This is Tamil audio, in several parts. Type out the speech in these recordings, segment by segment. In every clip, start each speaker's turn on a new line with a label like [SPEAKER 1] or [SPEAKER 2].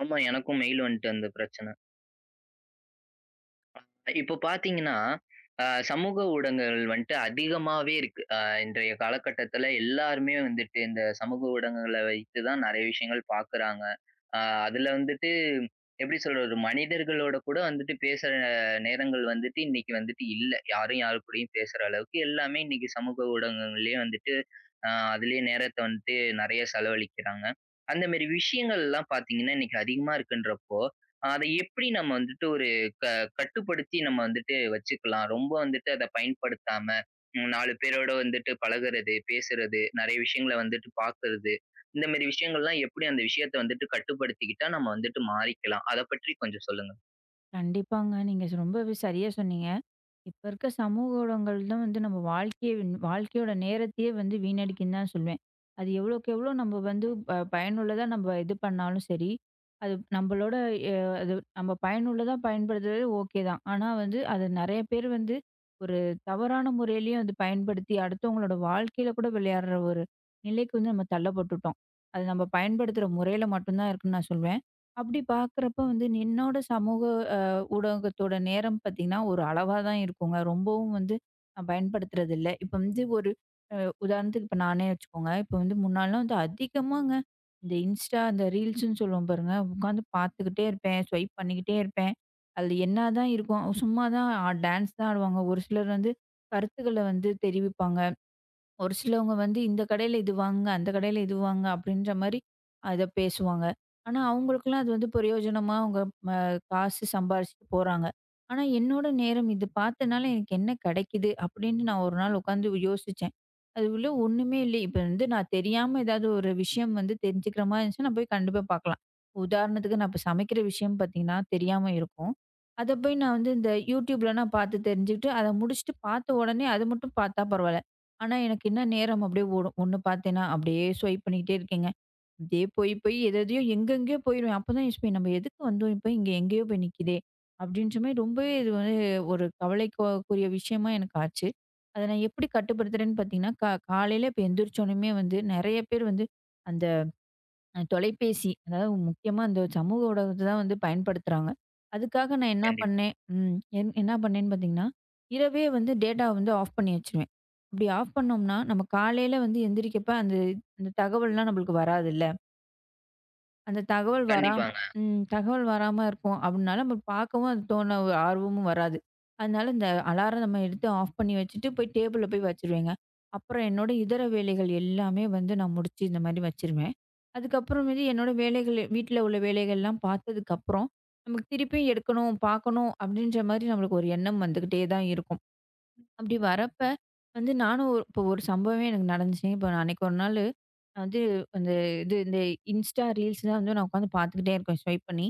[SPEAKER 1] ஆமா. எனக்கும் மெயில் வந்துட்டு அந்த பிரச்சனை. இப்போ பார்த்தீங்கன்னா, சமூக ஊடகங்கள் வந்துட்டு அதிகமாவே இருக்கு. இன்றைய காலகட்டத்தில எல்லாருமே வந்துட்டு இந்த சமூக ஊடகங்கள வைத்து தான் நெறைய விஷயங்கள் பார்க்குறாங்க. அ அதில வந்துட்டு எப்படி சொல்றது? மனிதர்களோட கூட வந்துட்டு பேசுற நேரங்கள் வந்துட்டு இன்னைக்கு வந்துட்டு இல்ல. யாரும் யாரு கூடயும் பேசுற அளவுக்கு எல்லாமே இன்னைக்கு சமூக ஊடகங்கள்லயே வந்துட்டு அதிலயே நேரத்த வந்துட்டு நெறைய செலவழிக்கிறாங்க. அந்த மாரி விஷயங்கள்லாம் பார்த்தீங்கன்னா, இன்னைக்கு அதிகமா இருக்குன்றப்போ, அத எப்படி நம்ம வந்துட்டு ஒரு கட்டுப்படுத்தி நம்ம வந்துட்டு வச்சுக்கலாம். ரொம்ப வந்துட்டு அத பயன்படுத்தாம, 4 பேரோட வந்துட்டு பழகுறது, பேசுறது, நெறைய விஷயங்கள வந்துட்டு பாக்குறது, இந்த மாரி விஷயங்கள்லாம் எப்படி அந்த விஷயத்த வந்துட்டு கட்டுப்படுத்திக்கிட்டா நம்ம வந்துட்டு மாறிக்கலாம். அத பற்றி கொஞ்சம் சொல்லுங்க.
[SPEAKER 2] கண்டிப்பாங்க. நீங்க ரொம்பவே சரியா சொன்னீங்க. இப்ப இருக்க சமூக ஊடகங்கள் தான் வந்து நம்ம வாழ்க்கையோட நேரத்தையே வந்து வீணடிக்குன்னு தான் சொல்லுவேன். அது எவ்வளோக்கு எவ்வளோ நம்ம வந்து பயனுள்ளதா நம்ம இது பண்ணாலும் சரி, அது நம்மளோட எ அது நம்ம பயனுள்ளதா பயன்படுத்துறது ஓகே தான். ஆனா வந்து அது நெறைய பேர் வந்து ஒரு தவறான முறையிலயும் அது பயன்படுத்தி அடுத்தவங்களோட வாழ்க்கையில கூட விளையாடுற ஒரு நிலைக்கு வந்து நம்ம தள்ளப்பட்டுட்டோம். அது நம்ம பயன்படுத்துற முறையில மட்டும் தான் இருக்குன்னு நான் சொல்வேன். அப்படி பார்க்குறப்ப வந்து என்னோட சமூக ஊடகத்தோட நேரம் பார்த்தீங்கன்னா, ஒரு அளவா தான் இருக்குங்க. ரொம்பவும் வந்து நான் பயன்படுத்துறதில்ல. இப்ப வந்து ஒரு அ உதாரணத்துக்கு இப்ப நானே வச்சுக்கோங்க. இப்ப வந்து முன்னாடிலாம் வந்து அதிகமாங்க இந்த இன்ஸ்டா, இந்த ரீல்ஸ்ன்னு சொல்லுவோம் பாருங்க. உட்காந்து பார்த்துக்கிட்டே இருப்பேன். ஸ்வைப் பண்ணிக்கிட்டே இருப்பேன். அதுல என்னாதான் இருக்கும்? சும்மா தான் டான்ஸ் தான் ஆடுவாங்க. ஒரு சிலர் வந்து கருத்துக்கள வந்து தெரிவிப்பாங்க. ஒரு சிலவங்க வந்து இந்த கடையில இது வாங்குங்க, அந்த கடையில இது வாங்குங்க அப்படின்ற மாரி அத பேசுவாங்க. ஆனா, அவங்களுக்கெல்லாம் அது வந்து பிரயோஜனமா அவங்க ம காசு சம்பாரிச்சுட்டு போறாங்க. ஆனா, என்னோட நேரம் இது பார்த்தனால எனக்கு என்ன கிடைக்குது அப்படின்னு நான் ஒரு நாள் உட்காந்து யோசிச்சேன். அது உள்ள ஒண்ணுமே இல்லை. இப்ப வந்து நான் தெரியாம ஏதாவது ஒரு விஷயம் வந்து தெரிஞ்சுக்கிற மாரி இருந்துச்சுன்னா, நான் போய் கண்டிப்பா பார்க்கலாம். உதாரணத்துக்கு நான் இப்ப சமைக்கிற விஷயம் பார்த்தீங்கன்னா, தெரியாம இருக்கும். அத போய் நான் வந்து இந்த YouTubeல நான் பார்த்து தெரிஞ்சுக்கிட்டு, அத முடிச்சுட்டு பார்த்த உடனே அது மட்டும் பார்த்தா பரவால்ல. ஆனா, எனக்கு என்ன நேரம் அப்படியே ஓடும். ஒண்ணு பார்த்தேன்னா, அப்படியே ஸ்வைப் பண்ணிக்கிட்டே இருக்கேங்க. அப்படியே போய், போய் எது எதையோ எங்கெங்கேயோ போயிருவேன். அப்பதான் யோசிப்பேன், "நம்ம எதுக்கு வந்தோம் இப்ப? இங்க எங்கேயோ போய் நிக்குதே!" அப்படின்ற மாரி ரொம்பவே இது வந்து ஒரு கவலைக்குரிய விஷயமா எனக்கு ஆச்சு. அத நான் எப்படி கட்டுப்படுத்துறேன்னு பார்த்தீங்கன்னா, காலையில இப்ப எந்திரிச்சோனயுமே வந்து நெறைய பேர் வந்து அந்த அ தொலைபேசி, அதாவது முக்கியமா இந்த சமூக ஊடகத்த தான் வந்து பயன்படுத்துறாங்க. அதுக்காக நான் என்ன
[SPEAKER 1] கண்டிப்பா.
[SPEAKER 2] பண்ணேன் ம் என் என்ன பண்ணேன்னு பார்த்தீங்கன்னா, இரவே வந்து டேட்டாவ வந்து ஆஃப் பண்ணி வச்சுருவேன். அப்படி ஆஃப் பண்ணோம்னா, நம்ம காலையில வந்து எந்திரிக்கப்ப அந்த அந்த தகவல்லாம் நம்மளுக்கு வராதுல்ல. அந்த தகவல் வராம்
[SPEAKER 1] கண்டிப்பாங்க.
[SPEAKER 2] ம். தகவல் வராம இருக்கும். அப்படினால நம்ம பார்க்கவும் அது தோண ஒரு ஆர்வமும் வராது. அதனால இந்த அலாரம் நம்ம எடுத்து ஆஃப் பண்ணி வச்சுட்டு போய் டேபிள்ல போய் வச்சுருவேங்க. அப்புறம் என்னோட இதர வேலைகள் எல்லாமே வந்து நான் முடிச்சு இந்த மாரி வச்சுருவேன். அதுக்கப்புறமேட்டு என்னோட வேலைகள் வீட்ல உள்ள வேலைகள்லாம் பார்த்ததுக்கப்புறம், நமக்கு திருப்பியும் எடுக்கணும், பார்க்கணும் அப்படின்ற மாரி நம்மளுக்கு ஒரு எண்ணம் வந்துகிட்டே தான் இருக்கும். அப்படி வரப்ப வந்து நானும் ஒரு இப்போ ஒரு சம்பவமே எனக்கு நடந்துச்சுங்க. இப்போ நான் அன்னைக்கு ஒரு நாளு வந்து அந்த இது இந்த இன்ஸ்டா ரீல்ஸ் தான் வந்து நான் உட்காந்து பார்த்துக்கிட்டே இருக்கேன் ஸ்வைப் பண்ணி.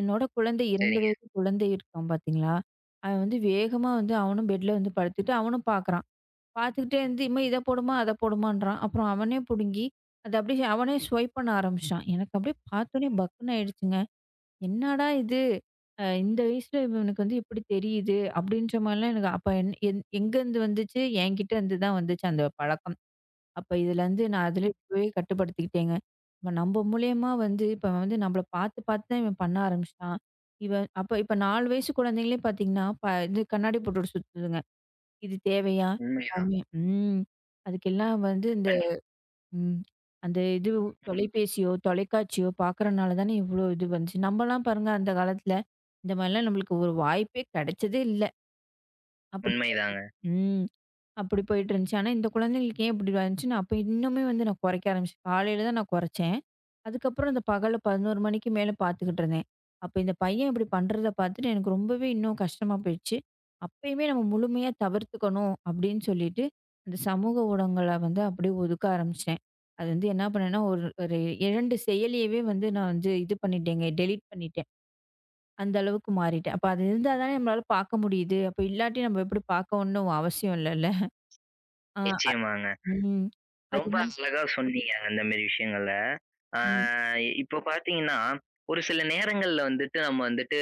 [SPEAKER 2] என்னோட குழந்தை 2
[SPEAKER 1] சரிங்க.
[SPEAKER 2] வயது குழந்தை இருக்கான் பார்த்தீங்களா? அவன் வந்து வேகமா வந்து அவனும் பெட்ல வந்து படுத்துட்டு அவனும் பார்க்குறான். பார்த்துக்கிட்டே இருந்து இம்மா இத போடுமா, அத போடுமான்றான். அப்புறம் அவனே புடுங்கி அத அப்படியே அவனே ஸ்வைப் பண்ண ஆரம்பிச்சுட்டான். எனக்கு அப்படியே பார்த்தோனே பக்குன்னு ஆயிடுச்சுங்க. என்னடா இது! இந்த வயசுல இவனுக்கு வந்து இப்டி தெரியுது, அப்டின்ற மாரிலாம் எனக்கு அப்ப என் என் எங்கருந்து வந்துச்சு? என்கிட்ட இருந்து தான் வந்துச்சு அந்த பழக்கம். அப்ப இதுலருந்து நான் அதுல
[SPEAKER 1] ம்.
[SPEAKER 2] இப்பவே கட்டுப்படுத்திக்கிட்டேங்க. இப்ப நம்ப மூலியமா வந்து இப்ப வந்து நம்பள பாத்து பாத்து தான் இவன் பண்ண ஆரம்பிச்சுட்டான். இவன் அப்ப இப்ப 4 வயசு குழந்தைங்களே பாத்தீங்கன்னா, இது கண்ணாடி போட்டுட்டு சுத்துதுங்க. இது தேவையா?
[SPEAKER 1] உண்மைதான்.
[SPEAKER 2] ம் அதுக்கெல்லாம் வந்து
[SPEAKER 1] கண்
[SPEAKER 2] ம். அந்த இது
[SPEAKER 1] ம்.
[SPEAKER 2] தொலைபேசியோ, தொலைக்காட்சியோ பார்க்கறனால தானே இவ்ளோ இது வந்துச்சு. நம்மலாம் பாருங்க அந்த காலத்துல, இந்த மாரிலாம் நம்மளுக்கு ஒரு வாய்ப்பே கிடைச்சதே இல்ல. அப்படி
[SPEAKER 1] உண்மைதாங்க.
[SPEAKER 2] ம். அப்படி போயிட்டுருந்துச்சு. ஆனா இந்த குழந்தைங்களுக்கு ஏன் இப்படி வந்துச்சு, நான் அப்ப இன்னுமே வந்து நான் குறைக்க ஆரம்பிச்சேன். காலையில தான் நான் குறைச்சேன். அதுக்கப்புறம் இந்த பகல்ல 11 மணிக்கு மேல பார்த்துக்கிட்டு இருந்தேன். அப்ப இந்த பையன் இப்படி பண்றத பார்த்துட்டு எனக்கு ரொம்பவே இன்னும் கஷ்டமா போயிடுச்சு. அப்பயுமே நம்ம முழுமையா தவிர்த்துக்கணும் அப்படின்னு சொல்லிட்டு, அந்த சமூக ஊடகங்கள வந்து அப்படியே ஒதுக்க ஆரம்பிச்சேன். அது வந்து என்ன பண்ணேன்னா, ஒரு ஒரு 2 செயலியவே வந்து நான் வந்து இது பண்ணிட்டேங்க, டெலீட் பண்ணிட்டேன். அந்த அளவுக்கு மாறிட்டேன். அப்ப அது இருந்தா தானே நம்மளால பார்க்க முடியுது. அப்ப இல்லாட்டி நம்ம எப்படி பார்க்கணும்னு அவசியம் இல்லல்ல. ஆ
[SPEAKER 1] நிச்சயமாங்க.
[SPEAKER 2] ம்.
[SPEAKER 1] ரொம்ப
[SPEAKER 2] அதுதான்
[SPEAKER 1] அழகா சொன்னீங்க அந்த மாரி விஷயங்கள. ஆ
[SPEAKER 2] ம்.
[SPEAKER 1] இப்போ பார்த்தீங்கன்னா, ஒரு சில நேரங்கள்ல வந்துட்டு நம்ம வந்துட்டு,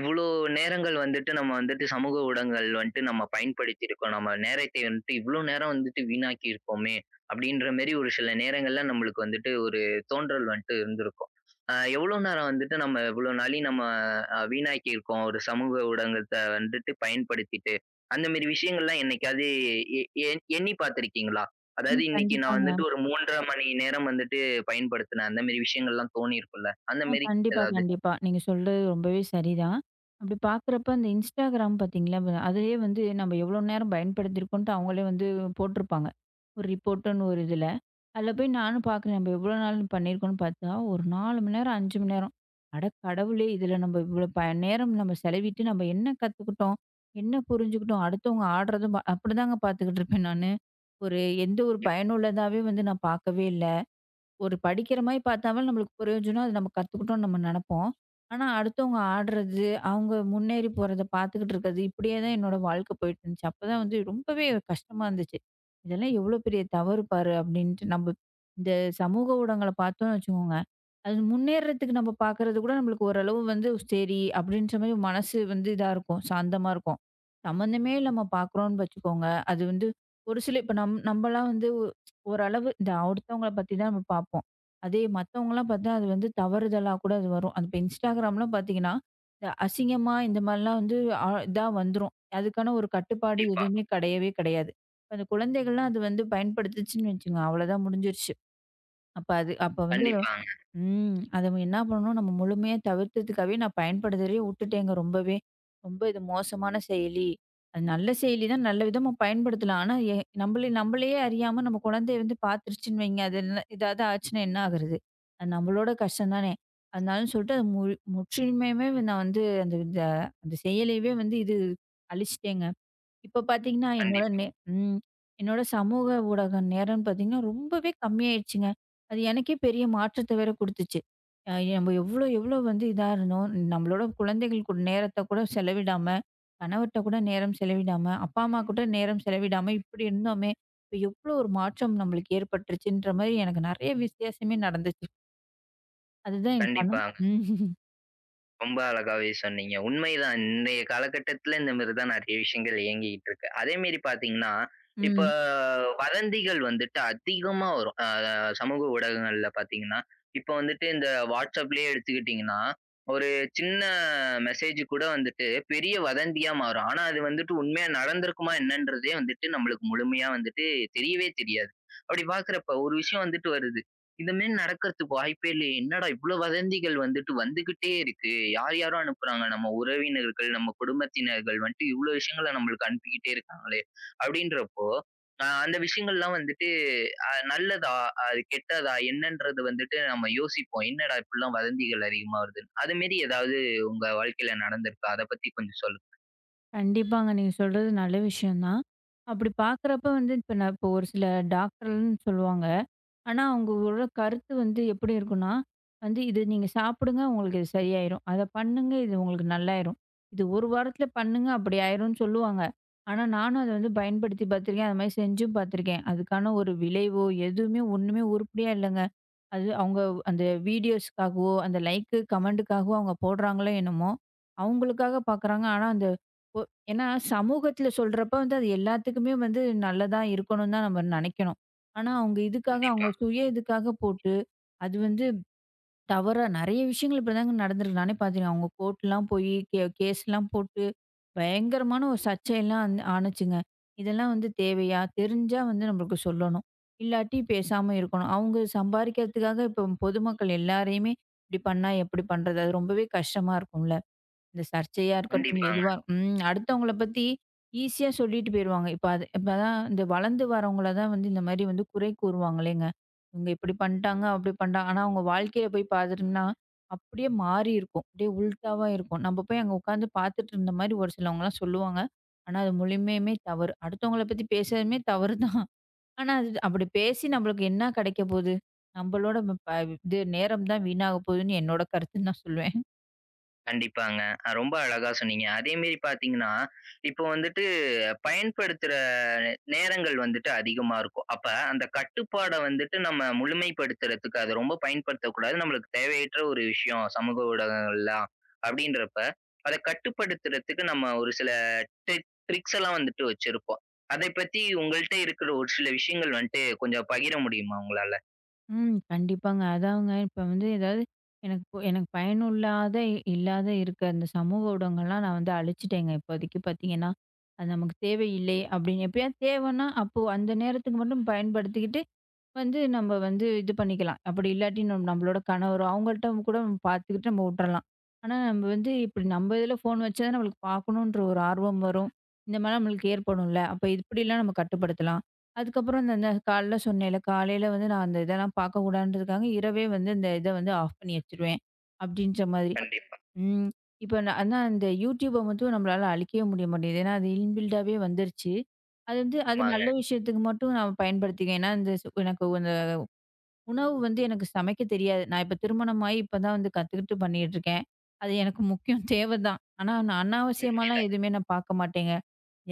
[SPEAKER 1] இவ்ளோ நேரங்கள் வந்துட்டு நம்ம வந்துட்டு சமூக ஊடகங்கள் வந்துட்டு நம்ம பயன்படுத்தியிருக்கோம். நம்ம நேரத்தை வந்துட்டு இவ்ளோ நேரம் வந்துட்டு வீணாக்கி இருக்கோமே! அப்டின்ற மாரி ஒரு சில நேரங்கள்ல நம்மளுக்கு வந்துட்டு ஒரு தோன்றல் வந்துட்டு இருந்திருக்கும். எவ்ளோ நேரம் வந்துட்டு நம்ம இவ்ளோ நாழி நம்ம வீணாக்கி இருக்கோம். ஒரு சமூக ஊடகத்த வந்துட்டு பயன்படுத்திட்டு. அந்த மாரி விஷயங்கள்லாம் என்னைக்காவது எ எ எண்ணி பார்த்துருக்கீங்களா? அதாவது
[SPEAKER 2] ம்.
[SPEAKER 1] இன்னைக்கு நான்
[SPEAKER 2] கண்டிப்பாங்க.
[SPEAKER 1] வந்துட்டு ஒரு 3 1/2 மணி நேரம் வந்துட்டு பயன்படுத்தினேன். அந்த மாரி விஷயங்கள்லாம் தோணியிருக்கும்ல. அந்த
[SPEAKER 2] ஆ
[SPEAKER 1] மாரி
[SPEAKER 2] கண்டிப்பா,
[SPEAKER 1] ஏதாவது?
[SPEAKER 2] கண்டிப்பா. நீங்க சொல்றது ரொம்பவே சரிதான். அப்படி பார்க்குறப்ப அந்த Instagram பார்த்தீங்களா, அதுலயே வந்து நம்ம எவ்வளோ நேரம் பயன்படுத்தியிருக்கோன்ட்டு அவங்களே வந்து போட்டிருப்பாங்க. ஒரு ரிப்போர்ட்டுன்னு ஒரு இதில. அதில போய் நானும் பார்க்குறேன். நம்ம எவ்வளோ நாள் பண்ணியிருக்கோம்ன்னு பார்த்தா, ஒரு 4 மணி நேரம், 5 மணி நேரம். அட கடவுளே! இதில நம்ம இவ்வளோ நேரம் நம்ம செலவிட்டு நம்ம என்ன கத்துக்கிட்டோம்? என்ன புரிஞ்சுக்கிட்டோம்? அடுத்தவங்க ஆடுறதும் அப்படிதாங்க பார்த்துக்கிட்டு இருப்பேன் நானு. ஒரு எந்த ஒரு பயனுள்ளதாவே வந்து நான் பார்க்கவே இல்ல. ஒரு படிக்கிற மாரி பார்த்தாலும் நம்மளுக்கு பிரயோஜனம். அது நம்ம கத்துக்கிட்டோம்னு நம்ம நெனப்போம். ஆனா, அடுத்தவங்க ஆடுறது, அவங்க முன்னேறி போறத பார்த்துக்கிட்டு இருக்கிறது, இப்படியே தான் என்னோட வாழ்க்கை போயிட்டு இருந்துச்சு. அப்பதான் வந்து ரொம்பவே கஷ்டமா இருந்துச்சு. இதெல்லாம் எவ்வளோ பெரிய தவறு பாரு! அப்படின்ட்டு நம்ம இந்த சமூக ஊடகங்கள பார்த்தோம்னு வச்சுக்கோங்க. அது முன்னேறதுக்கு நம்ம பார்க்கறது கூட நம்மளுக்கு ஓரளவு வந்து சரி அப்படின்ற மாரி மனசு வந்து இதா இருக்கும். சாந்தமா இருக்கும். சம்மந்தமே இல்லாம பார்க்குறோம்னு வச்சுக்கோங்க. அது வந்து ஒரு சில இப்ப நம்பலாம் வந்து ஓரளவு இந்த ஒருத்தவங்கள பத்தி தான் நம்ம பார்ப்போம். அதே மத்தவங்கலாம் பார்த்தா, அது வந்து தவறுதலா கூட அது வரும். அது இப்ப இன்ஸ்டாகிராம்லாம் பார்த்தீங்கன்னா, இந்த அசிங்கமா இந்த மாரிலாம் வந்து இதா வந்துரும். அதுக்கான ஒரு கட்டுப்பாடு
[SPEAKER 1] கண்டிப்பா,
[SPEAKER 2] எதுவுமே கிடையவே கிடையாது. இப்ப அந்த குழந்தைகள்லாம் அது வந்து பயன்படுத்துச்சுன்னு வச்சுக்கோங்க, அவ்வளோதான் முடிஞ்சிருச்சு. அப்ப அது அப்ப வந்து
[SPEAKER 1] கண்டிப்பாங்க.
[SPEAKER 2] ம். அத என்ன பண்ணணும், நம்ம முழுமையா தவிர்த்ததுக்காகவே நான் பயன்படுத்துறதே உட்டுட்டேங்க ரொம்பவே. ரொம்ப இது மோசமான செயலி. அது நல்ல செயலி தான், நல்ல விதமா பயன்படுத்தலாம். ஆனா நம்மள நம்மளையே அறியாம நம்ம குழந்தை வந்து பார்த்துருச்சுன்னு வைங்க, அது என்ன ஏதாவது ஆச்சுன்னா என்ன ஆகுறது? அது நம்மளோட கஷ்டம் தானே! அதனாலன்னு சொல்லிட்டு அது முற்றிலுமேவே நான் வந்து அந்த செயலியவே வந்து இது அழிச்சிட்டேங்க. இப்ப பார்த்தீங்கன்னா, என்னோட
[SPEAKER 1] கண்டிப்பா.
[SPEAKER 2] ம். என்னோட சமூக ஊடக நேரம்னு பார்த்தீங்கன்னா, ரொம்பவே கம்மியாயிடுச்சுங்க. அது எனக்கே பெரிய மாற்றத்த வேற குடுத்துச்சு. அ நம்ம எவ்ளோ, எவ்ளோ வந்து இதா இருந்தோம். நம்மளோட குழந்தைகள் கூட நேரத்த கூட செலவிடாம, கணவர்ட்ட கூட நேரம் செலவிடாம, அப்பா, அம்மா கூட நேரம் செலவிடாம இப்படி இருந்தோமே! இப்ப எவ்ளோ ஒரு மாற்றம் நம்மளுக்கு ஏற்பட்டுருச்சுன்ற மாரி எனக்கு நெறைய வித்தியாசமே நடந்துச்சு. அதுதான் எனக்கு ஆனா
[SPEAKER 1] கண்டிப்பா.
[SPEAKER 2] ம்.
[SPEAKER 1] ரொம்ப அழகாவே சொன்னீங்க. உண்மைதான். இன்றைய காலகட்டத்தில இந்த மாரி தான் நெறைய விஷயங்கள் இயங்கிக்கிட்டு இருக்கு. அதேமாரி பார்த்தீங்கன்னா, இப்ப
[SPEAKER 2] ம்.
[SPEAKER 1] வதந்திகள் வந்துட்டு அதிகமா வரும். சமூக ஊடகங்கள்ல பார்த்தீங்கன்னா, இப்ப வந்துட்டு இந்த WhatsAppலயே எடுத்துக்கிட்டீங்கன்னா, ஒரு சின்ன மெசேஜ் கூட வந்துட்டு பெரிய வதந்தியா மாறும். ஆனா அது வந்துட்டு உண்மையா நடந்திருக்குமா என்னன்றதே வந்துட்டு நம்மளுக்கு முழுமையா வந்துட்டு தெரியவே தெரியாது. அப்படி பார்க்கிறப்ப ஒரு விஷயம் வந்துட்டு வருது. இந்த மாரி நடக்கிறதுக்கு வாய்ப்பே இல்லையே! என்னடா இவ்ளோ வதந்திகள் வந்துட்டு வந்துகிட்டே இருக்கு. யார் யாரோ அனுப்புறாங்க. நம்ம உறவினர்கள், நம்ம குடும்பத்தினர்கள் வந்துட்டு இவ்ளோ விஷயங்கள நம்மளுக்கு அனுப்பிக்கிட்டே இருக்காங்களே! அப்படின்றப்போ, அந்த விஷயங்கள்லாம் வந்துட்டு நல்லதா? அது கெட்டதா? என்னன்றது வந்துட்டு நம்ம யோசிப்போம். என்னடா இப்படிலாம் வதந்திகள் அதிகமா வருதுன்னு. அது மாரி ஏதாவது உங்க வாழ்க்கையில நடந்திருக்கா? அத பத்தி கொஞ்சம் சொல்லுங்க.
[SPEAKER 2] கண்டிப்பாங்க. நீங்க சொல்றது நல்ல விஷயம் தான். அப்படி பார்க்குறப்ப வந்து இப்ப நான் இப்போ ஒரு சில டாக்டர்ன்னு சொல்லுவாங்க. ஆனா, அவங்களோட கருத்து வந்து எப்படி இருக்கும்னா, வந்து "இது நீங்க சாப்பிடுங்க. உங்களுக்கு இது சரியாயிரும். அத பண்ணுங்க. இது உங்களுக்கு நல்லாயிரும். இது 1 வாரத்துல பண்ணுங்க. அப்படி ஆயிரும்ன்னு" சொல்லுவாங்க. ஆனா, நானும் அத வந்து
[SPEAKER 1] கண்டிப்பா.
[SPEAKER 2] பயன்படுத்தி பார்த்துருக்கேன். அது மாரி செஞ்சும் பார்த்துருக்கேன். அதுக்கான ஒரு விளைவோ, எதுவுமே ஒண்ணுமே உருப்படியா இல்லங்க. அது அவங்க அந்த வீடியோஸ்க்காகவோ, அந்த லைக்கு, கமெண்ட்டுக்காகவோ அவங்க போடுறாங்களோ என்னமோ! அவங்களுக்காக பார்க்குறாங்க. ஆனா, அந்த ஒ ஏன்னா சமூகத்தில சொல்றப்ப வந்து அது எல்லாத்துக்குமே வந்து நல்லதா இருக்கணும்னு தான் நம்ம நினைக்கணும். ஆனா, அவங்க இதுக்காக
[SPEAKER 1] கண்டிப்பா.
[SPEAKER 2] அவங்க சுய இதுக்காக போட்டு, அது வந்து டவரா நெறைய விஷயங்கள் இப்படிதாங்க நடந்திருக்கு. நானே பார்த்துருக்கேன். அவங்க கோர்ட்லாம் போயி கேஸ்லாம் போட்டு பயங்கரமான ஒரு சர்ச்சையெல்லாம் வந்து ஆனுச்சுங்க. இதெல்லாம் வந்து தேவையா? தெரிஞ்சா வந்து நம்மளுக்கு சொல்லணும். இல்லாட்டி பேசாம இருக்கணும். அவங்க சம்பாரிக்கிறதுக்காக இப்போ பொதுமக்கள் எல்லாரையுமே இப்படி பண்ணா எப்படி பண்றது? அது ரொம்பவே கஷ்டமா இருக்கும்ல. இந்த சர்ச்சையா இருக்கட்டும்,
[SPEAKER 1] கண்டிப்பாங்க.
[SPEAKER 2] எதுவா ம். அடுத்தவங்கள பத்தி ஈஸியா சொல்லிட்டு போயிருவாங்க. இப்ப அது இப்பதான் இந்த வளர்ந்து வரவங்கள தான் வந்து இந்த மாரி வந்து குறை கூறுவாங்களேங்க. இவங்க இப்படி பண்ணிட்டாங்க, அப்படி பண்ணிட்டாங்க. ஆனா அவங்க வாழ்க்கையில போய் பார்த்துட்டோம்னா, அப்படியே மாறி இருக்கும். அப்படியே உல்டாவா இருக்கும். நம்ம போய் அங்க உட்காந்து பார்த்துட்டு இருந்த மாரி ஒரு சிலவங்கலாம் சொல்லுவாங்க. ஆனா அது முழுமையுமே தவறு. அடுத்தவங்கள பத்தி பேசுறதுமே தவறு தான். ஆனா அது அப்படி பேசி நம்மளுக்கு என்ன கிடைக்க போகுது? நம்மளோட ம- ப இது நேரம் தான் வீணாக போகுதுன்னு என்னோட கருத்துன்னு நான் சொல்லுவேன்.
[SPEAKER 1] கண்டிப்பாங்க. ரொம்ப அழகா சொன்னீங்க. அதே மாரி பார்த்தீங்கன்னா, இப்போ வந்துட்டு பயன்படுத்துற நேரங்கள் வந்துட்டு அதிகமா இருக்கும். அப்ப அந்த கட்டுப்பாட வந்துட்டு நம்ம முழுமைப்படுத்துறதுக்கு அத ரொம்ப பயன்படுத்தக்கூடாது. நம்மளுக்கு தேவையற்ற ஒரு விஷயம் சமூக ஊடகங்கள்லாம் அப்படின்றப்ப, அத கட்டுப்படுத்துறதுக்கு நம்ம ஒரு சில ட்ரிக்ஸ் எல்லாம் வந்துட்டு வச்சிருப்போம். அதைப் பத்தி உங்கள்ட்ட இருக்கிற ஒரு சில விஷயங்கள் வந்துட்டு கொஞ்சம் பகிர முடியுமா உங்களால?
[SPEAKER 2] ம். கண்டிப்பாங்க. அதாங்க இப்ப வந்து ஏதாவது எனக்கு எனக்கு பயனுள்ளாத இல்லாத இருக்க அந்த சமூக ஊடகங்கள்லாம் நான் வந்து அழிச்சுட்டேங்க இப்போதைக்கு பார்த்தீங்கன்னா. அது நமக்கு தேவையில்லை அப்படின்னு எப்பயாவது தேவைன்னா, அப்போ அந்த நேரத்துக்கு மட்டும் பயன்படுத்திக்கிட்டு, வந்து நம்ம வந்து இது பண்ணிக்கலாம். அப்படி இல்லாட்டி நம்மளோட கணவரோ, அவங்கள்ட்ட கூட நம்ம பார்த்துக்கிட்டு நம்ம விட்டுறலாம். ஆனா நம்ம வந்து இப்படி நம்ம இதில ஃபோன் வச்சா தான் நம்மளுக்கு பார்க்கணுன்ற ஒரு ஆர்வம் வரும். இந்த மாரிலாம் நம்மளுக்கு ஏற்படும்ல. அப்ப இப்படிலாம் நம்ம கட்டுப்படுத்தலாம். அதுக்கப்புறம் இந்த இந்த காலைல சொன்னேன்ல, காலையில வந்து நான் அந்த இதெல்லாம் பார்க்கக்கூடாதுன்றதுக்காக இரவே வந்து இந்த இத வந்து ஆஃப் பண்ணி வச்சுருவேன். அப்படின்ற மாதிரி.
[SPEAKER 1] கண்டிப்பா.
[SPEAKER 2] ம். இப்ப நான் ஆனா இந்த யூடியூப மட்டும் நம்மளால அழிக்கவே முடிய மாட்டேங்குது. ஏன்னா அது இன்பில்டாவே வந்துருச்சு. அது வந்து அது
[SPEAKER 1] ஆமாங்க.
[SPEAKER 2] நல்ல விஷயத்துக்கு மட்டும் நான் பயன்படுத்திக்குவேன். ஏன்னா இந்த எனக்கு உணவு வந்து எனக்கு சமைக்க தெரியாது. நான் இப்ப திருமணமாயி இப்ப தான் வந்து கத்துக்கிட்டு பண்ணிட்டுருக்கேன். அது எனக்கு முக்கியம் தேவ தான். ஆனா நான் அனாவசியமாலாம்
[SPEAKER 1] உண்மைதான்.
[SPEAKER 2] எதுவுமே நான் பார்க்க மாட்டேங்க.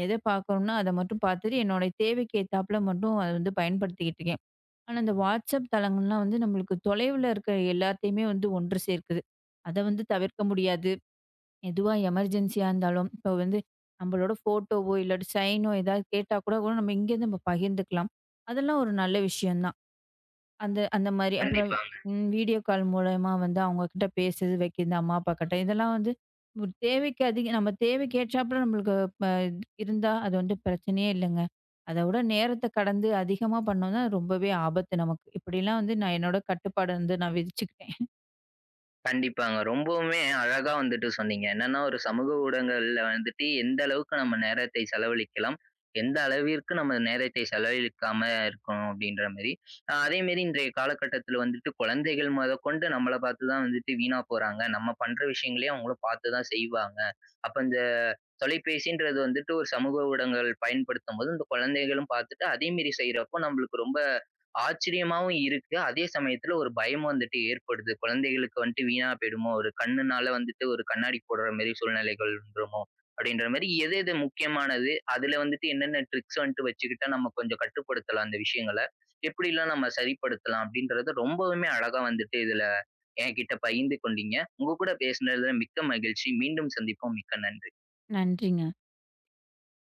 [SPEAKER 2] எத பார்க்கணும்னா அத மட்டும் பார்த்துட்டு என்னோட தேவைக்கு ஏத்தாப்புல மட்டும் அத வந்து பயன்படுத்திக்கிட்டு இருக்கேன். ஆனா இந்த WhatsApp தளங்கள்லாம் வந்து நம்மளுக்கு தொலைவுல இருக்கிற எல்லாத்தையுமே வந்து ஒன்று சேர்க்குது. அத வந்து தவிர்க்க முடியாது. எதுவா எமர்ஜென்சியா இருந்தாலும், இப்போ வந்து நம்மளோட ஃபோட்டோவோ, இல்லாட்டி சைனோ ஏதாவது கேட்டா கூட கூட நம்ம இங்கேருந்து நம்ம பகிர்ந்துக்கலாம். அதெல்லாம் ஒரு நல்ல விஷயம் தான். அந்த அந்த மாரி. அப்புறம்
[SPEAKER 1] கண்டிப்பா.
[SPEAKER 2] ம் வீடியோ கால் மூலியமா வந்து அவங்ககிட்ட பேசுறது, வைக்கிறது, அம்மா, அப்பாக்கிட்ட. இதெல்லாம் வந்து ஒரு தேவைக்கு அதிகம் நம்ம தேவைக்கு ஏற்றாப்புல நம்மளுக்கு ப இருந்தா, அது வந்து பிரச்சனையே இல்லங்க. அத விட நேரத்த கடந்து அதிகமா பண்ணோம்னா ரொம்பவே ஆபத்து நமக்கு. இப்படிலாம் வந்து நான் என்னோட கட்டுப்பாடு வந்து நான் விதிச்சுக்கிட்டேன்.
[SPEAKER 1] கண்டிப்பாங்க. ரொம்பவுமே அழகா வந்துட்டு சொன்னீங்க. என்னன்னா ஒரு சமூக ஊடகங்கள்ல வந்துட்டு எந்த அளவுக்கு நம்ம நேரத்தை செலவழிக்கலாம், எந்த அளவிற்கு நம்ம நேரத்தை செலவழிக்காம இருக்கணும் அப்படின்ற மாரி. அதே மாரி இன்றைய காலகட்டத்தில வந்துட்டு குழந்தைகள் மொதற்கொண்டு நம்மள பார்த்து தான் வந்துட்டு வீணா போறாங்க. நம்ம பண்ற விஷயங்களையே அவங்களும் பார்த்து தான் செய்வாங்க. அப்ப இந்த தொலைபேசின்றது வந்துட்டு ஒரு சமூக ஊடகங்கள் பயன்படுத்தும்போது, இந்த குழந்தைகளும் பார்த்துட்டு அதே மாரி செய்றப்போ நம்மளுக்கு ரொம்ப ஆச்சரியமாவும் இருக்கு. அதே சமயத்துல ஒரு பயமும் வந்துட்டு ஏற்படுது. குழந்தைகளுக்கு வந்துட்டு வீணா போயிடுமோ! ஒரு கண்ணுனால வந்துட்டு ஒரு கண்ணாடி போடுற மாரி சூழ்நிலைகள் வந்துருமோ! அப்டின்ற மாரி எது எது முக்கியமானது? அதுல வந்துட்டு என்னென்ன ட்ரிக்ஸ் வந்துட்டு வச்சுக்கிட்டா நம்ம கொஞ்சம் கட்டுப்படுத்தலாம் அந்த விஷயங்கள. எப்படிலாம் நம்ம சரிப்படுத்தலாம் அப்டின்றத ரொம்பவுமே அழகா வந்துட்டு இதுல என்கிட்ட பகிர்ந்து கொண்டீங்க. உங்க கூட பேசினதுல மிக்க மகிழ்ச்சி. மீண்டும் சந்திப்போம். மிக்க நன்றி.
[SPEAKER 2] நன்றிங்க.